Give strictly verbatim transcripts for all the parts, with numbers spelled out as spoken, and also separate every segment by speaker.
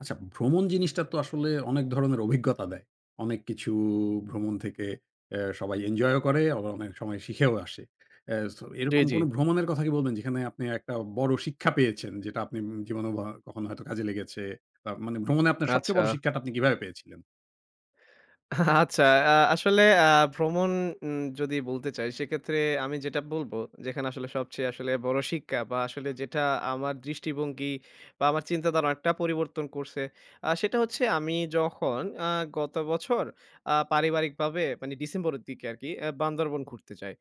Speaker 1: আচ্ছা, ভ্রমণ জিনিসটা তো আসলে অনেক ধরনের অভিজ্ঞতা দেয়। অনেক কিছু ভ্রমণ থেকে অ্যা সবাই এনজয়ও করে, আবার অনেক সময় শিখেও আসে। অ্যা সো
Speaker 2: জি,
Speaker 1: এরকম
Speaker 2: জি।
Speaker 1: কোন ভ্রমণের কথা কি বলবেন যেখানে আপনি একটা বড় শিক্ষা পেয়েছেন, যেটা আপনি উম জীবনেও বা কখনো হয়তো কাজে লেগেছে? বা মানে ভ্রমণে আপনার সবচেয়ে
Speaker 2: আচ্ছা।
Speaker 1: বড় শিক্ষাটা আপনি কিভাবে পেয়েছিলেন?
Speaker 2: আচ্ছা, আ আসলে আ ভ্রমণ উম যদি বলতে চাই সেক্ষেত্রে আমি যেটা বলব, যেখানে আসলে সবচেয়ে আসলে বড় শিক্ষা বা আসলে যেটা আমার দৃষ্টিভঙ্গি বা আমার চিন্তাধারা অনেকটা পরিবর্তন করছে। আ সেটা হচ্ছে আমি যখন আ গত বছর আ পারিবারিকভাবে মানে ডিসেম্বরের দিকে আরকি আ বান্দরবন ঘুরতে যাই।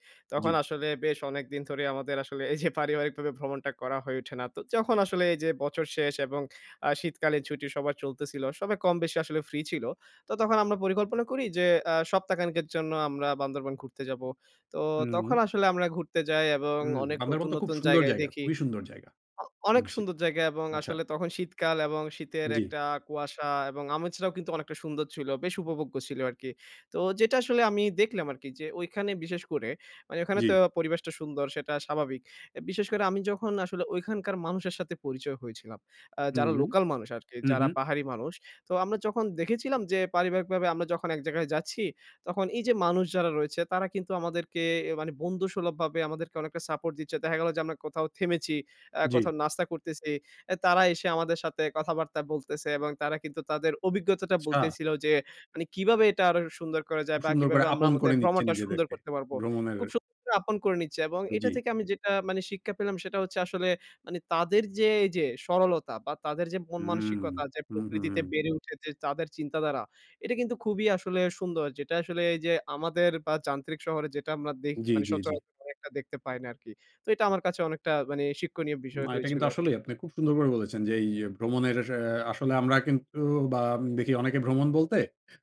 Speaker 1: জি।
Speaker 2: তখন আসলে বেশ অনেকদিন ধরে আমাদের আসলে এই যে পারিবারিকভাবে ভ্রমণটা করা হয়ে ওঠে না। তো যখন আসলে এই যে বছর শেষ এবং আ শীতকালীন ছুটি সবার চলতেছিল, সবাই কম বেশি আসলে ফ্রি ছিল। তো তখন আমরা পরিকল্পনা করি যে আ সপ্তাহখানেকের জন্য আমরা বান্দরবান ঘুরতে যাবো। তো
Speaker 1: হুম,
Speaker 2: তখন আসলে আমরা ঘুরতে যাই এবং
Speaker 1: হুম।
Speaker 2: অনেক
Speaker 1: বান্দরবন
Speaker 2: নতুন,
Speaker 1: তো খুব
Speaker 2: নতুন
Speaker 1: সুন্দর
Speaker 2: জায়গায়
Speaker 1: জায়গা,
Speaker 2: দেখি।
Speaker 1: খুবই সুন্দর জায়গা
Speaker 2: অ অনেক
Speaker 1: শুনেছি।
Speaker 2: সুন্দর জায়গা এবং
Speaker 1: আচ্ছা,
Speaker 2: আসলে তখন শীতকাল এবং শীতের
Speaker 1: জি,
Speaker 2: একটা কুয়াশা এবং আমেজটাও কিন্তু অনেকটা সুন্দর ছিল। বেশ উপভোগ্য ছিল আরকি। তো যেটা আসলে আমি দেখলাম আরকি যে ঐখানে বিশেষ করে মানে ওখানে
Speaker 1: জি।
Speaker 2: তো পরিবেশটা সুন্দর সেটা স্বাভাবিক। এ বিশেষ করে আমি যখন আসলে ঐখানকার মানুষের সাথে পরিচয় হয়েছিলাম। আ
Speaker 1: হুম,
Speaker 2: যারা
Speaker 1: হুম,
Speaker 2: লোকাল মানুষ আরকি, যারা
Speaker 1: হুম,
Speaker 2: পাহাড়ি মানুষ। তো আমরা যখন দেখেছিলাম যে পারিবারিকভাবে আমরা যখন এক জায়গায় যাচ্ছি, তখন এই যে মানুষ যারা রয়েছে তারা কিন্তু আমাদেরকে এ মানে বন্ধুসুলভভাবে আমাদেরকে অনেকটা সাপোর্ট দিচ্ছে। দেখা গেল যে আমরা কোথাও থেমেছি আ
Speaker 1: জি।
Speaker 2: কোথাও নাস্তা করতেছি। এ তারা এসে আমাদের সাথে কথাবার্তা বলতেছে এবং তারা কিন্তু তাদের অভিজ্ঞতাটা
Speaker 1: আচ্ছা,
Speaker 2: বলতেছিল যে মানে কিভাবে এটা আরো সুন্দর করা
Speaker 1: খুব
Speaker 2: যায় বা
Speaker 1: সুন্দর করে
Speaker 2: কিভাবে আমরা
Speaker 1: আপন
Speaker 2: আমাদের
Speaker 1: করে নিচ্ছে
Speaker 2: ভ্রমণটা সুন্দর
Speaker 1: নিজেদেরকে।
Speaker 2: করতে পারবো।
Speaker 1: ভ্রমণের
Speaker 2: খুব সুন্দর করে আপন করে নিচ্ছে এবং
Speaker 1: জি।
Speaker 2: এটা থেকে আমি যেটা মানে শিক্ষা পেলাম সেটা হচ্ছে আসলে মানে তাদের যে এই যে সরলতা বা তাদের যে মন
Speaker 1: হুম,
Speaker 2: মানসিকতা যে
Speaker 1: হুম, হুম,
Speaker 2: প্রকৃতিতে
Speaker 1: হুম।
Speaker 2: বেড়ে উঠে যে তাদের চিন্তাধারা, এটা কিন্তু খুবই আসলে সুন্দর। যেটা আসলে এই যে আমাদের বা যান্ত্রিক শহরে যেটা আমরা দেখ
Speaker 1: জি,
Speaker 2: মানে
Speaker 1: জি, জি।
Speaker 2: সচরাচর একটা দেখতে পাই না আরকি। তো এটা আমার কাছে অনেকটা মানে শিক্ষণীয় বিষয়
Speaker 1: না, এটা
Speaker 2: হয়েছিল
Speaker 1: কিন্তু
Speaker 2: আরকি।
Speaker 1: আসলেই আপনি খুব সুন্দর করে বলেছেন যে এই ভ্রমণের আ আসলে আমরা কিন্তু বা দেখি অনেকে ভ্রমণ বলতে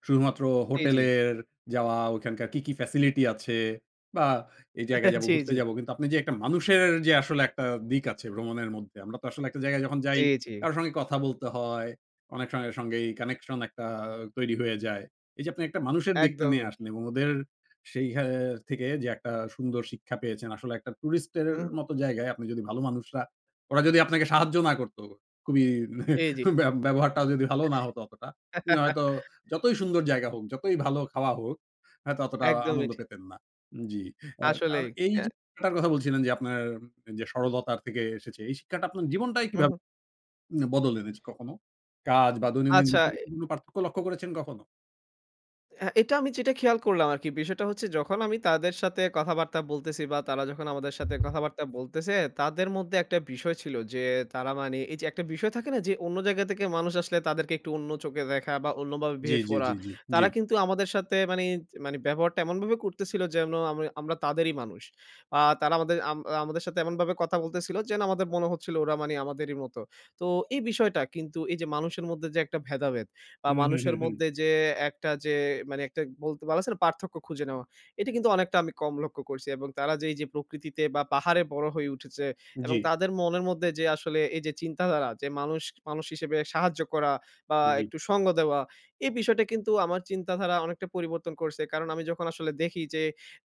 Speaker 1: শুধুমাত্র
Speaker 2: জি, জি,
Speaker 1: হোটেলের যাওয়া, ওখানকার কি, কি ফ্যাসিলিটি আছে বা এই জায়গায় যাবো,
Speaker 2: জি,
Speaker 1: ঘুরতে
Speaker 2: জি,
Speaker 1: যাবো। কিন্তু আপনি যে একটা মানুষের যে আসলে একটা দিক আছে ভ্রমণের মধ্যে। আমরা তো আসলে একটা জায়গায় যখন যাই,
Speaker 2: জি, জি,
Speaker 1: কারো সঙ্গে কথা বলতে হয়। অনেক সঙ্গে সঙ্গেই কানেকশন একটা তৈরি হয়ে যায়। এই যে আপনি একটা মানুষের দিকটা নিয়ে
Speaker 2: একদমই।
Speaker 1: আসলেন এবং ওদের সেই হা থেকে যে একটা সুন্দর শিক্ষা পেয়েছেন। আসলে একটা টুরিস্টের
Speaker 2: হুম, হুম,
Speaker 1: মতো জায়গায় আপনি যদি ভালো মানুষরা ওরা যদি আপনাকে সাহায্য না করত, খুবই
Speaker 2: জি, জি।
Speaker 1: ব্যব ব্যবহারটাও যদি ভালো না হতো অতটা, আপনি হয়তো যতই সুন্দর জায়গা হোক, যতই ভালো খাওয়া হোক, হয়তো অতটা
Speaker 2: একদমই
Speaker 1: আনন্দ
Speaker 2: ঠিক।
Speaker 1: পেতেন না। জি। আ আর
Speaker 2: আসলেই।
Speaker 1: এই
Speaker 2: অ্যা
Speaker 1: যে শিক্ষাটার কথা বলছিলেন যে আপনার যে সরলতার থেকে এসেছে, এই শিক্ষাটা আপনার জীবনটাই
Speaker 2: হুম,
Speaker 1: কিভাবে
Speaker 2: হুম।
Speaker 1: উম বদল এনেছে কখনো? কাজ বা দৈনন্দিন
Speaker 2: আচ্ছা
Speaker 1: রুটিনে কি কোনো পার্থক্য লক্ষ্য করেছেন কখনো?
Speaker 2: হ্যাঁ, এটা আমি যেটা খেয়াল করলাম আরকি। বিষয়টা হচ্ছে যখন আমি তাদের সাথে কথাবার্তা বলতেছি বা তারা যখন আমাদের সাথে কথাবার্তা বলতেছে, তাদের মধ্যে একটা বিষয় ছিল যে তারা মানে এই যে একটা বিষয় থাকে না যে অন্য জায়গা থেকে মানুষ আসলে তাদেরকে একটু অন্য চোখে দেখা বা অন্যভাবে
Speaker 1: জি,
Speaker 2: বিহেভ
Speaker 1: জি,
Speaker 2: করা।
Speaker 1: জি, জি, জি।
Speaker 2: তারা কিন্তু আমাদের সাথে মানে মানে ব্যবহারটা এমনভাবে করতেছিল যেন আম আমরা তাদেরই মানুষ। আ তারা আমাদের আম আমাদের সাথে এমনভাবে কথা বলতেছিল যেন আমাদের মনে হচ্ছিল ওরা মানে আমাদেরই মতো। তো এই বিষয়টা কিন্তু এই যে মানুষের মধ্যে যে একটা ভেদাভেদ বা
Speaker 1: হুম, হুম, হুম,
Speaker 2: মানুষের
Speaker 1: হুম।
Speaker 2: মধ্যে যে একটা যে মানে একটা বলতে পারা যাচ্ছে না পার্থক্য খুঁজে নেওয়া। এটা কিন্তু অনেকটা আমি কম লক্ষ্য করছি এবং তারা যে এই যে প্রকৃতিতে বা পাহাড়ে বড় হয়ে উঠেছে
Speaker 1: জি,
Speaker 2: এবং তাদের মনের মধ্যে যে আসলে এই যে চিন্তাধারা যে মানুষ, মানুষ হিসেবে সাহায্য করা বা
Speaker 1: জি।
Speaker 2: একটু সঙ্গ দেওয়া, এই বিষয়টা কিন্তু আমার চিন্তাধারা অনেকটা পরিবর্তন করছে। কারণ আমি যখন আসলে দেখি যে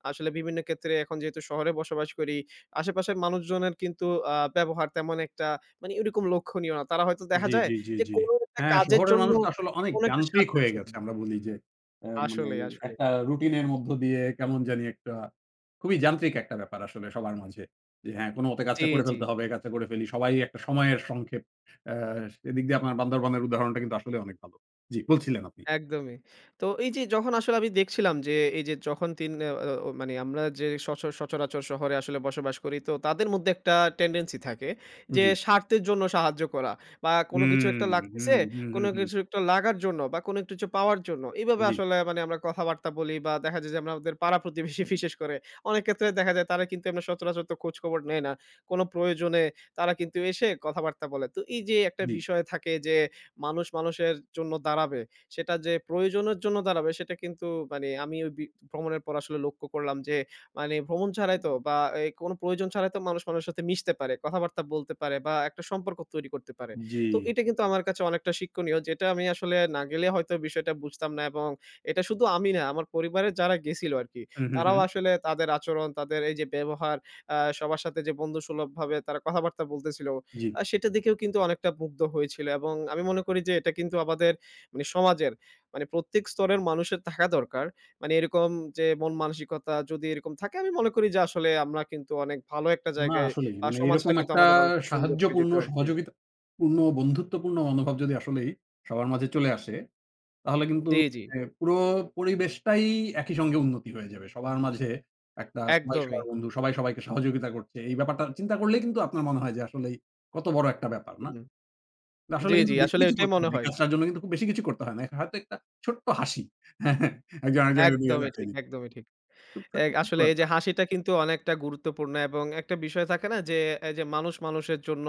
Speaker 2: আসলে বিভিন্ন ক্ষেত্রে এখন যেহেতু শহরে বসবাস করি, আশেপাশের মানুষজনের কিন্তু আ ব্যবহার তেমন একটা মানে ওইরকম লক্ষণীয় না। তারা হয়তো দেখা
Speaker 1: জি,
Speaker 2: যায়
Speaker 1: জি, জি,
Speaker 2: যে
Speaker 1: জি।
Speaker 2: কোনো একটা
Speaker 1: হ্যাঁ,
Speaker 2: কাজের
Speaker 1: শহরের
Speaker 2: জন্য
Speaker 1: মানুষ তো আসলে অনেক
Speaker 2: কোনো একটা
Speaker 1: যান্ত্রিক
Speaker 2: স্বার্থের
Speaker 1: হয়ে
Speaker 2: জন্য।
Speaker 1: গেছে। আমরা বলি যে আ মানে
Speaker 2: আসলেই, আসলেই।
Speaker 1: একটা রুটিনের মধ্য দিয়ে কেমন জানি একটা খুবই যান্ত্রিক একটা ব্যাপার আসলে সবার মাঝে। যে হ্যাঁ, কোনোমতে
Speaker 2: জি,
Speaker 1: কাজটা করে
Speaker 2: জি।
Speaker 1: ফেলতে হবে, কাজটা করে ফেলি। সবাই একটা সময়ের সংক্ষেপ। আ সেদিক দিয়ে আপনার বান্দরবানের উদাহরণটা কিন্তু আসলে অনেক ভালো। জি, বলছিলেন আপনি।
Speaker 2: একদমই। তো এই যে যখন আসলে আমি দেখছিলাম যে এই যে যখন তিন আ ও মানে আমরা যে সচ সচরাচর শহরে আসলে বসবাস করি তো তাদের মধ্যে একটা টেনডেন্সি থাকে যে
Speaker 1: জি।
Speaker 2: স্বার্থের জন্য সাহায্য করা বা কোনো কিছু
Speaker 1: হুম,
Speaker 2: একটা
Speaker 1: হুম,
Speaker 2: লাগতেছে,
Speaker 1: হুম, হুম,
Speaker 2: কোনো
Speaker 1: হুম।
Speaker 2: কিছু একটা লাগার জন্য বা কোনো কিছু পাওয়ার জন্য এভাবে
Speaker 1: জি,
Speaker 2: আসলে মানে আমরা কথাবার্তা বলি বা দেখা যায় যে আমরা আমাদের পাড়া প্রতিবেশী বিশেষ করে অনেক ক্ষেত্রে দেখা যায় তারা কিন্তু আমরা সচরাচর তো খোঁজ খবর নেয় না। কোনো প্রয়োজনে তারা কিন্তু এসে কথাবার্তা বলে। তো এই যে একটা
Speaker 1: জি,
Speaker 2: বিষয় থাকে যে মানুষ মানুষের জন্য দাঁড়াবে। সেটা যে প্রয়োজনের জন্য দাঁড়াবে সেটা কিন্তু মানে আমি ওই বি ভ্রমণের পর আসলে লক্ষ্য করলাম যে মানে ভ্রমণ ছাড়াই তো বা এ কোনো প্রয়োজন ছাড়াই তো মানুষ মানুষের সাথে মিশতে পারে, কথাবার্তা বলতে পারে বা একটা সম্পর্ক তৈরি করতে পারে।
Speaker 1: জি।
Speaker 2: তো এটা কিন্তু আমার কাছে অনেকটা শিক্ষণীয় যেটা আমি আসলে না গেলে হয়তো বিষয়টা বুঝতাম না এবং এটা শুধু আমি না আমার পরিবারের যারা গেছিল আরকি,
Speaker 1: হুম, হুম,
Speaker 2: তারাও
Speaker 1: হুম।
Speaker 2: আসলে তাদের আচরণ, তাদের এই যে ব্যবহার, আ সবার সাথে যে বন্ধুসুলভভাবে তারা কথাবার্তা বলতেছিল,
Speaker 1: জি।
Speaker 2: আ সেটা দেখেও কিন্তু অনেকটা মুগ্ধ হয়েছিল এবং আমি মনে করি যে এটা কিন্তু আমাদের মানে সমাজের মানে প্রত্যেক স্তরের মানুষের থাকা দরকার। মানে এরকম যে মন মানসিকতা যদি এরকম থাকে আমি মনে করি যে আসলে আমরা কিন্তু অনেক ভালো একটা
Speaker 1: না
Speaker 2: জায়গায়
Speaker 1: আসলেই।
Speaker 2: বা
Speaker 1: মানে
Speaker 2: সমাজটা
Speaker 1: এরকম
Speaker 2: কিন্তু
Speaker 1: একটা
Speaker 2: আমাদের অনেকটা সুন্দর হয়ে
Speaker 1: সাহায্যপূর্ণ,
Speaker 2: যেত আরকি।
Speaker 1: সহযোগিতাপূর্ণ, বন্ধুত্বপূর্ণ মনোভাব যদি আসলেই সবার মাঝে চলে আসে, তাহলে কিন্তু
Speaker 2: জি, জি।
Speaker 1: এ পুরো পরিবেশটাই একই সঙ্গে উন্নতি হয়ে যাবে। সবার মাঝে একটা সবাই
Speaker 2: একদমই।
Speaker 1: সবার বন্ধু, সবাই সবাইকে সহযোগিতা করছে। এই ব্যাপারটা চিন্তা করলেই কিন্তু আপনার মনে হয় যে আসলেই কত বড় একটা ব্যাপার, না?
Speaker 2: হুম, হুম।
Speaker 1: আসলে
Speaker 2: জি,
Speaker 1: কিন্তু
Speaker 2: জি।
Speaker 1: বেশি
Speaker 2: আসলে
Speaker 1: কিছু
Speaker 2: এটাই
Speaker 1: করতে হয়
Speaker 2: মনে
Speaker 1: না। এই
Speaker 2: হয়।
Speaker 1: কাজটার জন্য কিন্তু খুব বেশি কিছু করতে হয় না। হয়তো একটা ছোট্ট হাসি। হ্যাঁ, হ্যাঁ। একজন আরেকজনের দিকে
Speaker 2: একদমই
Speaker 1: তাকিয়ে
Speaker 2: ঠিক,
Speaker 1: দিচ্ছে।
Speaker 2: একদমই ঠিক।
Speaker 1: খুব
Speaker 2: এ
Speaker 1: ছোট্ট, ছোট্ট
Speaker 2: আসলে এই যে
Speaker 1: ব্যাপার।
Speaker 2: হাসিটা কিন্তু অনেকটা গুরুত্বপূর্ণ এবং একটা বিষয় থাকে না যে, এই যে মানুষ মানুষের জন্য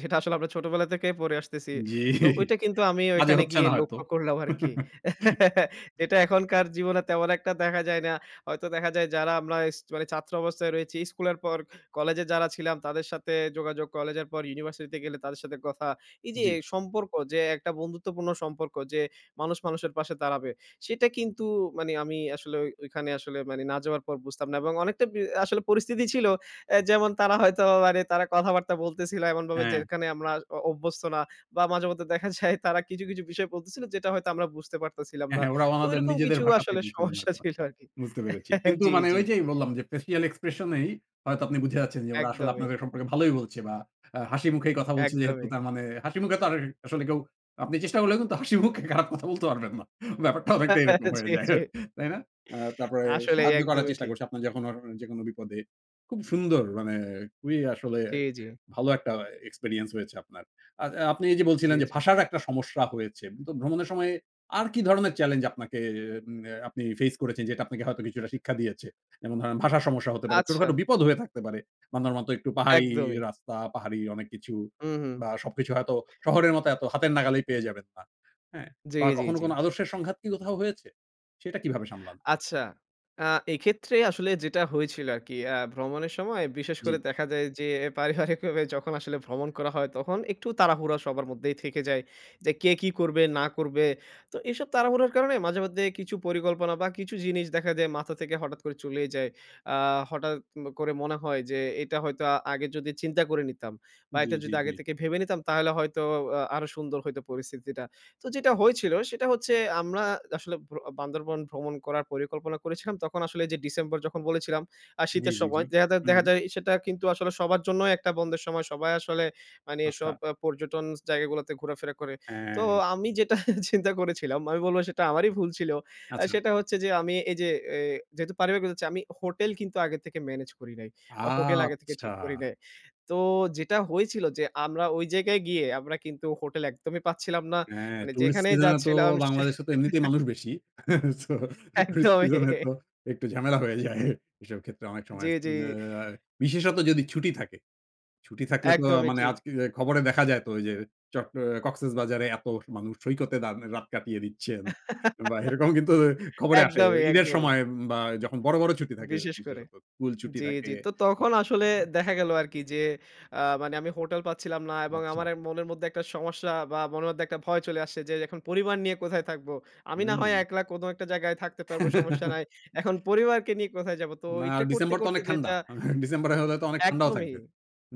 Speaker 2: যেটা আসলে আমরা ছোটবেলা থেকে পড়ে আসতেছি।
Speaker 1: জি,
Speaker 2: তো ওইটা কিন্তু আমি
Speaker 1: কাজে
Speaker 2: ওইখানে
Speaker 1: হচ্ছে
Speaker 2: গিয়ে
Speaker 1: না হয়তো।
Speaker 2: লক্ষ্য করলাম আরকি। যেটা এখনকার জীবনে তেমন একটা দেখা যায় না। হয়তো দেখা যায় যারা আমরা ইস মানে ছাত্র অবস্থায় রয়েছি স্কুলের পর কলেজে যারা ছিলাম তাদের সাথে যোগাযোগ, কলেজের পর ইউনিভার্সিটিতে গেলে তাদের সাথে কথা। এই যে
Speaker 1: জি।
Speaker 2: সম্পর্ক যে একটা বন্ধুত্বপূর্ণ সম্পর্ক যে মানুষ মানুষের পাশে দাঁড়াবে। সেটা কিন্তু মানে আমি আসলে ওই ওইখানে আসলে মানে না যাওয়ার পর বুঝতাম না এবং অনেকটা বি আসলে পরিস্থিতি ছিল অ্যা যেমন তারা হয়তো মানে তারা কথাবার্তা বলতেছিল এমনভাবে
Speaker 1: হ্যাঁ,
Speaker 2: যেখানে আমরা অ অভ্যস্ত না বা মাঝেমধ্যে দেখা যায় তারা কিছু, কিছু বিষয় বলতেছিল যেটা হয়তো আমরা বুঝতে পারতেছিলাম
Speaker 1: হ্যাঁ,
Speaker 2: না।
Speaker 1: হ্যাঁ, ওরা
Speaker 2: তো
Speaker 1: ওনাদের
Speaker 2: ঐরকম
Speaker 1: নিজেদের
Speaker 2: কিছু
Speaker 1: ভাষাতেই
Speaker 2: আসলে
Speaker 1: বলছিলেন
Speaker 2: সমস্যা
Speaker 1: হয়তো।
Speaker 2: ছিল
Speaker 1: আচ্ছা,
Speaker 2: আরকি।
Speaker 1: বুঝতে পেরেছি। কিন্তু
Speaker 2: জি,
Speaker 1: মানে
Speaker 2: জি।
Speaker 1: ওই যেই বললাম যে ফেসিয়াল এক্সপ্রেশন এই হয়তো আপনি বুঝে যাচ্ছেন যে ওরা আসলে
Speaker 2: একদমই,
Speaker 1: আপনাদের সম্পর্কে ভালোই বলছে বা আ হাসি মুখেই কথা বলছে যেহেতু
Speaker 2: একদমই।
Speaker 1: তার মানে হাসি মুখে তো আর আসলে কেউ আপনি চেষ্টা করলেও কিন্তু হাসি মুখে খারাপ কথা বলতে পারবেন না। ব্যাপারটা অনেকটা এরকম হয়ে
Speaker 2: জি,
Speaker 1: যায়।
Speaker 2: জি।
Speaker 1: তাই না? আ তারপরে
Speaker 2: আসলেই
Speaker 1: সাহায্য করার
Speaker 2: একদমই
Speaker 1: চেষ্টা
Speaker 2: ঠিক।
Speaker 1: করছে আপনার যখন অর যেকোনো বিপদে। খুব সুন্দর মানে খুবই আসলে
Speaker 2: জি, জি,
Speaker 1: ভালো একটা এক্সপেরিয়েন্স হয়েছে আপনার। আর আপনি এই যে বলছিলেন
Speaker 2: জি,
Speaker 1: যে
Speaker 2: জি।
Speaker 1: ভাষার একটা সমস্যা হয়েছে। তো ভ্রমণের সময় আর কি ধরনের চ্যালেঞ্জ আপনাকে উম আপনি ফেইস করেছেন যেটা আপনাকে হয়তো কিছুটা শিক্ষা দিয়েছে? যেমন ধরেন ভাষার সমস্যা হতে পারে,
Speaker 2: আচ্ছা,
Speaker 1: ছোটখাটো বিপদ হয়ে থাকতে পারে। বান্দার মতো একটু পাহাড়ি
Speaker 2: একদমই।
Speaker 1: রাস্তা, পাহাড়ি অনেক কিছু
Speaker 2: হুম, হুম।
Speaker 1: বা সবকিছু হয়তো শহরের মতো এত হাতের নাগালেই পেয়ে যাবেন না। হ্যাঁ?
Speaker 2: জি,
Speaker 1: বা
Speaker 2: জি,
Speaker 1: কখনো
Speaker 2: জি।
Speaker 1: কোনো আদর্শের সংঘাত কি কোথাও হয়েছে? সেটা কিভাবে সামলান?
Speaker 2: আচ্ছা। আ এক্ষেত্রে আসলে যেটা হয়েছিল আরকি, আ ভ্রমণের সময় বিশেষ
Speaker 1: জি,
Speaker 2: করে দেখা যায় যে পারিবারিকভাবে যখন আসলে ভ্রমণ করা হয়, তখন একটু তাড়াহুড়া সবার মধ্যেই থেকে যায়। যে কে কি করবে, না করবে। তো এসব তাড়াহুড়ার কারণে মাঝেমধ্যে কিছু পরিকল্পনা বা কিছু জিনিস দেখা যায় মাথা থেকে হঠাৎ করে চলেই যায়। আ হঠাৎ ম করে মনে হয় যে এটা হয়তো আ আগে যদি চিন্তা করে নিতাম বা
Speaker 1: জি,
Speaker 2: এটা
Speaker 1: জি,
Speaker 2: যদি
Speaker 1: জি,
Speaker 2: আগে থেকে ভেবে নিতাম তাহলে হয়তো আ আরো সুন্দর হইতো পরিস্থিতিটা। তো যেটা হয়েছিল সেটা হচ্ছে আমরা আসলে ভ্র বান্দরবন ভ্রমণ করার পরিকল্পনা করেছিলাম। তখন আসলে যে ডিসেম্বর যখন বলেছিলাম আ
Speaker 1: জি,
Speaker 2: শীতের
Speaker 1: জি, জি।
Speaker 2: সময় দেখা যায়
Speaker 1: হুম,
Speaker 2: দেখা যায় সেটা কিন্তু আসলে সবার জন্যই একটা বন্ধের সময়। সবাই আসলে মানে
Speaker 1: আচ্ছা,
Speaker 2: এসব আ পর্যটন জায়গাগুলোতে ঘোরাফেরা করে। তো
Speaker 1: হ্যাঁ,
Speaker 2: আমি যেটা চিন্তা করেছিলাম আমি বলব সেটা আমারই ভুল ছিল। আ
Speaker 1: আচ্ছা,
Speaker 2: সেটা হচ্ছে যে আমি এই যে এ যেহেতু পারিবারিক হচ্ছে আমি হোটেল কিন্তু আগে থেকে ম্যানেজ করি নাই বা হোটেল আগে থেকে
Speaker 1: আচ্ছা।
Speaker 2: ঠিক করি নাই। তো যেটা হয়েছিল যে আমরা ওই জায়গায় গিয়ে আমরা কিন্তু হোটেল একদমই পাচ্ছিলাম না।
Speaker 1: হ্যাঁ,
Speaker 2: মানে
Speaker 1: টুরিস্ট
Speaker 2: যেখানেই
Speaker 1: সিজনে তো
Speaker 2: যাচ্ছিলাম সে
Speaker 1: বাংলাদেশে তো এমনিতেই মানুষ বেশি। সো টুরিস্ট সিজনে
Speaker 2: একদমই।
Speaker 1: তো একটু ঝামেলা হয়ে যায়। এসব ক্ষেত্রে অনেক সময়
Speaker 2: জি, জি।
Speaker 1: আ বিশেষত যদি ছুটি থাকে। ছুটি থাকলে তো
Speaker 2: একদমই
Speaker 1: মানে
Speaker 2: ঠিক।
Speaker 1: আজকে খবরে দেখা যায় তো ওই যে চট কক্সেসবাজারে এত মানুষ সৈকতে দান রাত কাটিয়ে দিচ্ছেন। বা এরকম কিন্তু খবরে আসে।
Speaker 2: একদমই,
Speaker 1: ঈদের
Speaker 2: একদমই।
Speaker 1: সময় বা যখন বড়, বড় ছুটি থাকে
Speaker 2: বিশেষ করে।
Speaker 1: বিশেষত স্কুল ছুটি
Speaker 2: জি,
Speaker 1: থাকে।
Speaker 2: জি। তো
Speaker 1: বা-
Speaker 2: তখন আসলে দেখা গেল আরকি যে আ মানে আমি হোটেল পাচ্ছিলাম না এবং
Speaker 1: আচ্ছা,
Speaker 2: আমার এক মনের মধ্যে একটা সমস্যা বা মনের মধ্যে একটা ভয় চলে আসছে যে এখন পরিবার নিয়ে কোথায় থাকবো? আমি না
Speaker 1: হুম।
Speaker 2: হয় একলা কোনো একটা জায়গায় থাকতে পারবো, সমস্যা নাই। এখন পরিবারকে নিয়ে কোথায় যাবো? তো
Speaker 1: না,
Speaker 2: এটা করতে,
Speaker 1: ডিসেম্বর তো
Speaker 2: করতে
Speaker 1: অনেক ঠান্ডা।
Speaker 2: যেটা
Speaker 1: ডিসেম্বরে হলে তো অনেক ঠান্ডাও
Speaker 2: একদমই।
Speaker 1: থাকবে।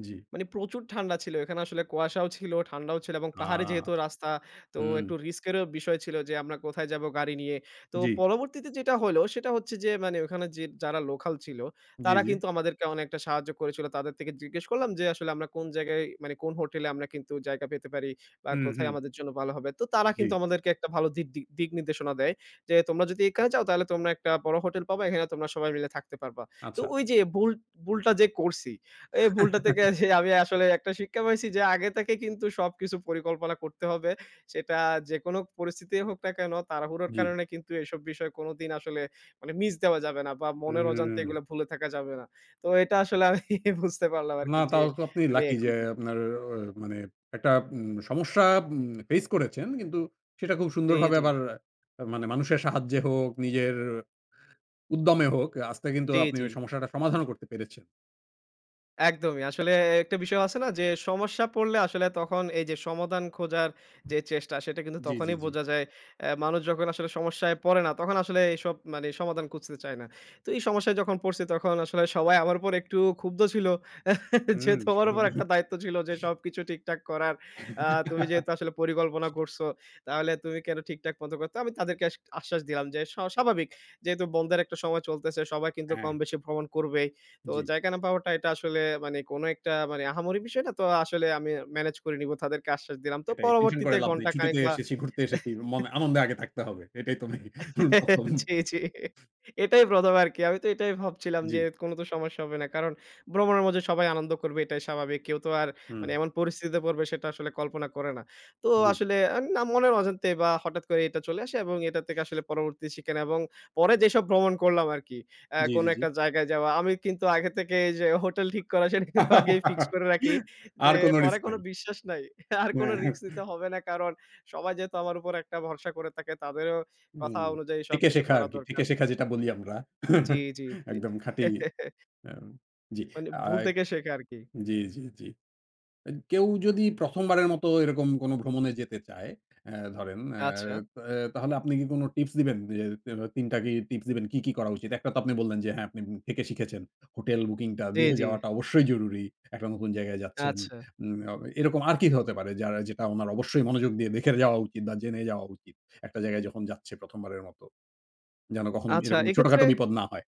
Speaker 1: জি।
Speaker 2: মানে প্রচুর ঠান্ডা ছিল। এখানে আসলে কুয়াশাও ছিল, ঠান্ডাও ছিল এবং
Speaker 1: আ
Speaker 2: পাহাড়ে যেহেতু রাস্তা, তো
Speaker 1: হুম,
Speaker 2: একটু রিস্কেরও বিষয় ছিল যে আমরা কোথায় যাবো গাড়ি নিয়ে। তো
Speaker 1: জি,
Speaker 2: পরবর্তীতে যেটা হলো সেটা হচ্ছে যে মানে ওখানে যে যারা লোকাল ছিল,
Speaker 1: জি,
Speaker 2: তারা
Speaker 1: জি।
Speaker 2: কিন্তু আমাদেরকে অনেকটা সাহায্য করেছিল। তাদের থেকে জিজ্ঞেস করলাম যে আসলে আমরা কোন জায়গায় মানে কোন হোটেলে আমরা কিন্তু জায়গা পেতে পারি বা
Speaker 1: হুম,
Speaker 2: কোথায়
Speaker 1: হুম,
Speaker 2: আমাদের জন্য ভালো হবে। তো তারা
Speaker 1: জি।
Speaker 2: কিন্তু আমাদেরকে একটা ভালো দিক দিক দিক নির্দেশনা দেয় যে, "তোমরা যদি এখানে যাও তাহলে তোমরা একটা বড় হোটেল পাবা। এখানে তোমরা সবাই মিলে থাকতে পারবা।" তো
Speaker 1: আচ্ছা।
Speaker 2: ওই যে ভুল ভুলটা যে করছি এই ভুলটা থেকে যে আমি আসলে একটা শিক্ষা পাইছি যে আগে থেকে কিন্তু সবকিছু পরিকল্পনা করতে হবে। সেটা যেকোনো পরিস্থিতি হোক না কেন তাড়াহুড়োর
Speaker 1: জি।
Speaker 2: কারণে কিন্তু এসব বিষয় কোনদিন আসলে মানে মিস দেওয়া যাবে না বা মনের অজান্তে
Speaker 1: উম
Speaker 2: এগুলো ভুলে থাকা যাবে না। তো এটা আসলে আমি বুঝতে পারলাম
Speaker 1: না
Speaker 2: আরকি যে
Speaker 1: তাও তো আপনি
Speaker 2: মানে
Speaker 1: লাকি
Speaker 2: এখন
Speaker 1: যে
Speaker 2: থেকে।
Speaker 1: আপনার অ মানে একটা উম সমস্যা উম ফেস করেছেন। কিন্তু সেটা খুব
Speaker 2: জি,
Speaker 1: সুন্দরভাবে
Speaker 2: জি।
Speaker 1: আবার আহ, মানে মানুষের সাহায্যে হোক, নিজের উদ্যমে হোক, আস্তে কিন্তু
Speaker 2: জি,
Speaker 1: আপনি
Speaker 2: জি।
Speaker 1: ওই সমস্যাটা সমাধানও করতে পেরেছেন।
Speaker 2: একদমই। আসলে একটা বিষয় আছে না যে সমস্যা পড়লে আসলে তখন এই যে সমাধান খোঁজার যে চেষ্টা সেটা কিন্তু
Speaker 1: জি, জি,
Speaker 2: তখনই
Speaker 1: জি।
Speaker 2: বোঝা যায়। অ্যা মানুষ যখন আসলে সমস্যায় পড়ে না তখন আসলে এসব মানে সমাধান খুঁজতে চায় না। তো এই সমস্যায় যখন পড়ছি তখন আসলে সবাই আমার উপর একটু ক্ষুব্ধ ছিল।
Speaker 1: হুম,
Speaker 2: যে তোমার
Speaker 1: সব
Speaker 2: উপর একটা দায়িত্ব ছিল যে সবকিছু ঠিকঠাক করার। আ তুমি যেহেতু আসলে পরিকল্পনা করছো তাহলে তুমি কেন ঠিকঠাক মতো করতে আমি তাদেরকে আস আশ্বাস দিলাম যে স স্বাভাবিক যেহেতু বন্ধের একটা সময় চলতেছে সবাই কিন্তু
Speaker 1: হ্যাঁ,
Speaker 2: কম বেশি ভ্রমণ করবে। তো
Speaker 1: জি।
Speaker 2: জায়গা না পাওয়াটা এটা আসলে মানে কোনো একটা মানে আহামরি বিষয় না। তো আসলে আমি ম্যানেজ করে নিব। তাদেরকে আশ্বাস দিলাম। তো
Speaker 1: এটাই টেনশন
Speaker 2: পরবর্তীতে
Speaker 1: করে লাভ নেই।
Speaker 2: ঘন্টা
Speaker 1: ছুটিতে
Speaker 2: খানেক বা
Speaker 1: এসেছি, ঘুরতে এসেছি। মনে আনন্দে আগে থাকতে হবে। এটাই তো মেইন প্রথম।
Speaker 2: জি, জি। এটাই প্রথম আরকি। আমি তো এটাই ভাবছিলাম
Speaker 1: জি,
Speaker 2: যে কোনো তো সমস্যা হবে না। কারণ ভ্রমণের মধ্যে সবাই আনন্দ করবে এটাই স্বাভাবিক। কেউ তো আর
Speaker 1: হুম,
Speaker 2: মানে এমন পরিস্থিতিতে পড়বে সেটা আসলে কল্পনা করে না। তো
Speaker 1: জি,
Speaker 2: আসলে আ না মনের অজান্তে বা হঠাৎ করে এটা চলে আসে এবং এটা থেকে আসলে পরবর্তী শিখে নেই এবং পরে যেসব ভ্রমণ করলাম আরকি আ
Speaker 1: জি, জি,
Speaker 2: কোনো
Speaker 1: জি।
Speaker 2: একটা জায়গায় যাওয়া। আমি কিন্তু আগে থেকে যে হোটেল ঠিক করা সেটা কিন্তু আগেই ফিক্স করে রাখি। যে
Speaker 1: আর কোন
Speaker 2: পরে
Speaker 1: রিস্ক
Speaker 2: কোনো
Speaker 1: নাই।
Speaker 2: বিশ্বাস নাই। আর কোনো
Speaker 1: হ্যাঁ, হ্যাঁ,
Speaker 2: রিস্ক নিতে হবে না। কারণ সবাই যেহেতু আমার উপর একটা ভরসা করে থাকে তাদেরও কথা
Speaker 1: হুম।
Speaker 2: অনুযায়ী
Speaker 1: থেকে
Speaker 2: সবকিছু
Speaker 1: শেখা
Speaker 2: করা
Speaker 1: আরকি। থেকে
Speaker 2: দরকার।
Speaker 1: শেখা যেটা বলি আমরা।
Speaker 2: জি, জি, জি।
Speaker 1: একদম খাঁটি আ জি,
Speaker 2: মানে
Speaker 1: আ
Speaker 2: ভুল থেকে শেখা আরকি।
Speaker 1: জি, জি, জি। আ কেউ যদি প্রথম বারের মতো এরকম কোনো ভ্রমণে যেতে চায়, আ ধরেন আ
Speaker 2: আচ্ছা।
Speaker 1: এ তাহলে আপনি কি কোনো টিপস দিবেন? যে তিন টা কি টিপস দিবেন কি, কি করা উচিত? একটা তো আপনি বললেন যে হ্যাঁ, আপনি থেকে শিখেছেন। হোটেল বুকিংটা
Speaker 2: জি,
Speaker 1: দিয়ে
Speaker 2: জি।
Speaker 1: যাওয়াটা অবশ্যই জরুরি। একটা নতুন জায়গায় যাচ্ছেন।
Speaker 2: আচ্ছা।
Speaker 1: উম আ এরকম আর কি হতে পারে যারা যেটা উনার অবশ্যই মনোযোগ দিয়ে দেখে যাওয়া উচিত বা জেনে যাওয়া উচিত। একটা জায়গায় যখন যাচ্ছে প্রথম বারের মতো। যেন কখনো
Speaker 2: আচ্ছা
Speaker 1: এরকম
Speaker 2: এক্ষেত্রে
Speaker 1: ছোটখাটো বিপদ না হয়।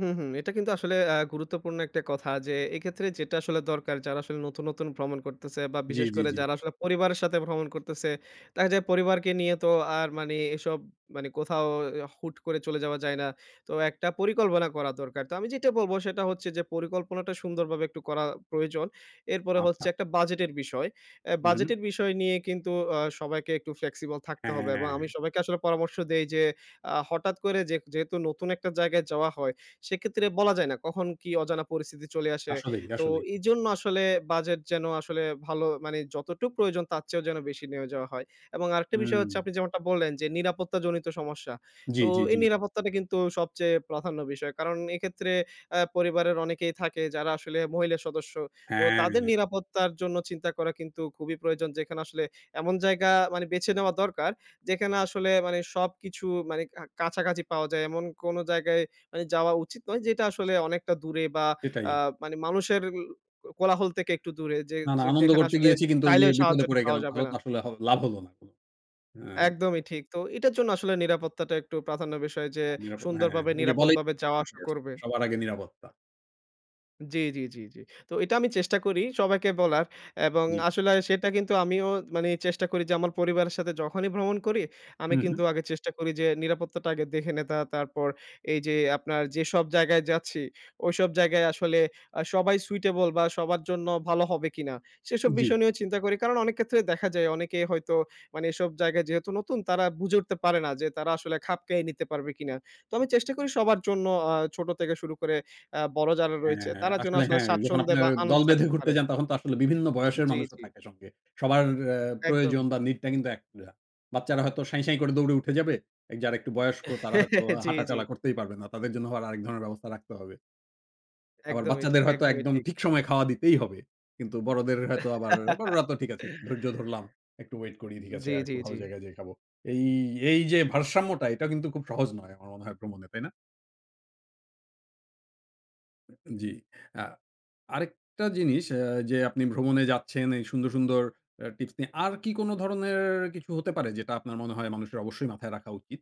Speaker 2: হুম, হুম। এটা কিন্তু আসলে আ গুরুত্বপূর্ণ একটা কথা যে এক্ষেত্রে যেটা আসলে দরকার যারা আসলে নতুন, নতুন ভ্রমণ করতেছে বা
Speaker 1: জি,
Speaker 2: বিশেষ
Speaker 1: জি,
Speaker 2: করে
Speaker 1: জি।
Speaker 2: যারা আসলে পরিবারের সাথে ভ্রমণ করতেছে, দেখা যায় পরিবারকে নিয়ে তো আর মানে এসব মানে কোথাও এ হুট করে চলে যাওয়া যায় না। তো একটা পরিকল্পনা করা দরকার। তো আমি যেটা বলব সেটা হচ্ছে যে পরিকল্পনাটা সুন্দরভাবে একটু করা প্রয়োজন। এরপরে
Speaker 1: আচ্ছা।
Speaker 2: হচ্ছে একটা বাজেটের বিষয়। অ্যা
Speaker 1: হুম,
Speaker 2: বাজেটের বিষয় নিয়ে কিন্তু আ সবাইকে একটু ফ্লেক্সিবল থাকতে হবে এবং
Speaker 1: হ্যাঁ,
Speaker 2: আমি সবাইকে আসলে পরামর্শ দেই যে আ হঠাৎ করে যে যেহেতু নতুন একটা জায়গায় যাওয়া হয় সেক্ষেত্রে বলা যায় না কখন কি অজানা পরিস্থিতি চলে আসে।
Speaker 1: আসলেই,
Speaker 2: তো
Speaker 1: আসলেই।
Speaker 2: এজন্য আসলে বাজেট যেন আসলে ভালো মানে যতটুকু প্রয়োজন তার চেয়েও যেন বেশি নিয়ে যাওয়া হয়। এবং আরেকটা বিষয়
Speaker 1: হুম।
Speaker 2: হচ্ছে আপনি যেমনটা বললেন যে নিরাপত্তাজনিত সমস্যা।
Speaker 1: জি,
Speaker 2: তো
Speaker 1: জি,
Speaker 2: এই
Speaker 1: জি।
Speaker 2: নিরাপত্তাটা কিন্তু সবচেয়ে প্রাধান্য বিষয়। কারণ এক্ষেত্রে আ পরিবারের অনেকেই থাকে যারা আসলে মহিলা সদস্য। তো তাদের
Speaker 1: হ্যাঁ।
Speaker 2: নিরাপত্তার জন্য চিন্তা করা কিন্তু খুবই প্রয়োজন যেখানে আসলে এমন জায়গা মানে বেছে নেওয়া দরকার যেখানে আসলে মানে সবকিছু মানে কা কাছাকাছি পাওয়া যায়। এমন কোন জায়গায় মানে যাওয়া উচিত নয়। যেটা আসলে অনেকটা দূরে বা
Speaker 1: সেটাই।
Speaker 2: আ মানে মানুষের কোলাহল থেকে একটু দূরে যে,
Speaker 1: না, না
Speaker 2: যে
Speaker 1: আনন্দ
Speaker 2: যেখানে
Speaker 1: করতে
Speaker 2: আসলে
Speaker 1: গিয়েছি কিন্তু গিয়ে
Speaker 2: চাইলেও
Speaker 1: বিপদে
Speaker 2: সাহায্যটা
Speaker 1: পড়ে
Speaker 2: পাওয়া
Speaker 1: গেলাম।
Speaker 2: যাবে
Speaker 1: তাহলে
Speaker 2: না।
Speaker 1: তো আসলে হ লাভ হলো না কোনো। হ্যাঁ,
Speaker 2: একদমই ঠিক। তো এটার জন্য আসলে নিরাপত্তাটা একটু প্রাধান্য বিষয় যে
Speaker 1: নিরাপদ হ্যাঁ, হ্যাঁ,
Speaker 2: সুন্দরভাবে
Speaker 1: ওই যে বলেই
Speaker 2: নিরাপদভাবে যাওয়া আসা করবে।
Speaker 1: সবার আগে নিরাপত্তা।
Speaker 2: জি, জি, জি, জি। তো এটা আমি চেষ্টা করি সবাইকে বলার এবং
Speaker 1: জি।
Speaker 2: আসলে সেটা কিন্তু আমিও মানে চেষ্টা করি যে আমার পরিবারের সাথে যখনই ভ্রমণ করি, আমি
Speaker 1: হুম, হুম।
Speaker 2: কিন্তু আগে চেষ্টা করি যে নিরাপত্তাটা আগে দেখে নেতা। তারপর এই যে আপনার যেসব জায়গায় যাচ্ছি, ওইসব জায়গায় আসলে আ সবাই সুইটেবল বা সবার জন্য ভালো হবে কিনা? সেসব
Speaker 1: জি।
Speaker 2: বিষয় নিয়েও চিন্তা করি। কারণ অনেক ক্ষেত্রে দেখা যায় অনেকে হয়তো মানে এসব জায়গায় যেহেতু নতুন তারা বুঝে উঠতে পারে না যে তারা আসলে খাপ খাইয়ে নিতে পারবে কিনা? তো আমি চেষ্টা করি সবার জন্য আ ছোট থেকে শুরু করে আ বড় যারা রয়েছে
Speaker 1: হ্যাঁ,
Speaker 2: তারা যেন
Speaker 1: আসলে
Speaker 2: আসলে
Speaker 1: হ্যাঁ, যখন
Speaker 2: স্বাচ্ছন্দ্যে
Speaker 1: আপনার
Speaker 2: বা
Speaker 1: দল
Speaker 2: আনন্দে
Speaker 1: বেঁধে
Speaker 2: থাকতে
Speaker 1: ঘুরতে
Speaker 2: পারে।
Speaker 1: যান তখন তো আসলে বিভিন্ন বয়সের
Speaker 2: জি,
Speaker 1: মানুষও
Speaker 2: জি,
Speaker 1: থাকে সঙ্গে। সবার অ্যা প্রয়োজন
Speaker 2: একদমই।
Speaker 1: বা নিডটা কিন্তু এক না। বাচ্চারা হয়তো সাঁই, সাঁই করে দৌড়ে উঠে যাবে। যারা একটু বয়স্ক তারা হয়তো
Speaker 2: জি, জি,
Speaker 1: হাঁটাচলা করতেই পারবে না। তাদের জন্য আবার আরেক ধরনের ব্যবস্থা রাখতে হবে। আবার
Speaker 2: একদমই
Speaker 1: বাচ্চাদের
Speaker 2: ঠিক,
Speaker 1: হয়তো
Speaker 2: একদমই
Speaker 1: একদম
Speaker 2: ঠিক।
Speaker 1: ঠিক সময়ে খাওয়া দিতেই হবে। কিন্তু বড়দের হয়তো আবার বড়রা তো ঠিক আছে একটু ধৈর্য ধরলাম। একটু ওয়েট করি ঠিক আছে
Speaker 2: জি,
Speaker 1: আর একটু
Speaker 2: জি,
Speaker 1: ভালো
Speaker 2: জি।
Speaker 1: জায়গায় যেয়ে খাবো। এই, এই যে ভারসাম্যটা এটা কিন্তু খুব সহজ নয় আমার মনে হয় ভ্রমণে, তাই না? জি। আ আরেকটা জিনিস আ যে আপনি ভ্রমণে যাচ্ছেন এই সুন্দর, সুন্দর আ টিপস নিয়ে। আর কি কোন ধরনের কিছু হতে পারে যেটা আপনার মনে হয় মানুষের অবশ্যই মাথায় রাখা উচিত?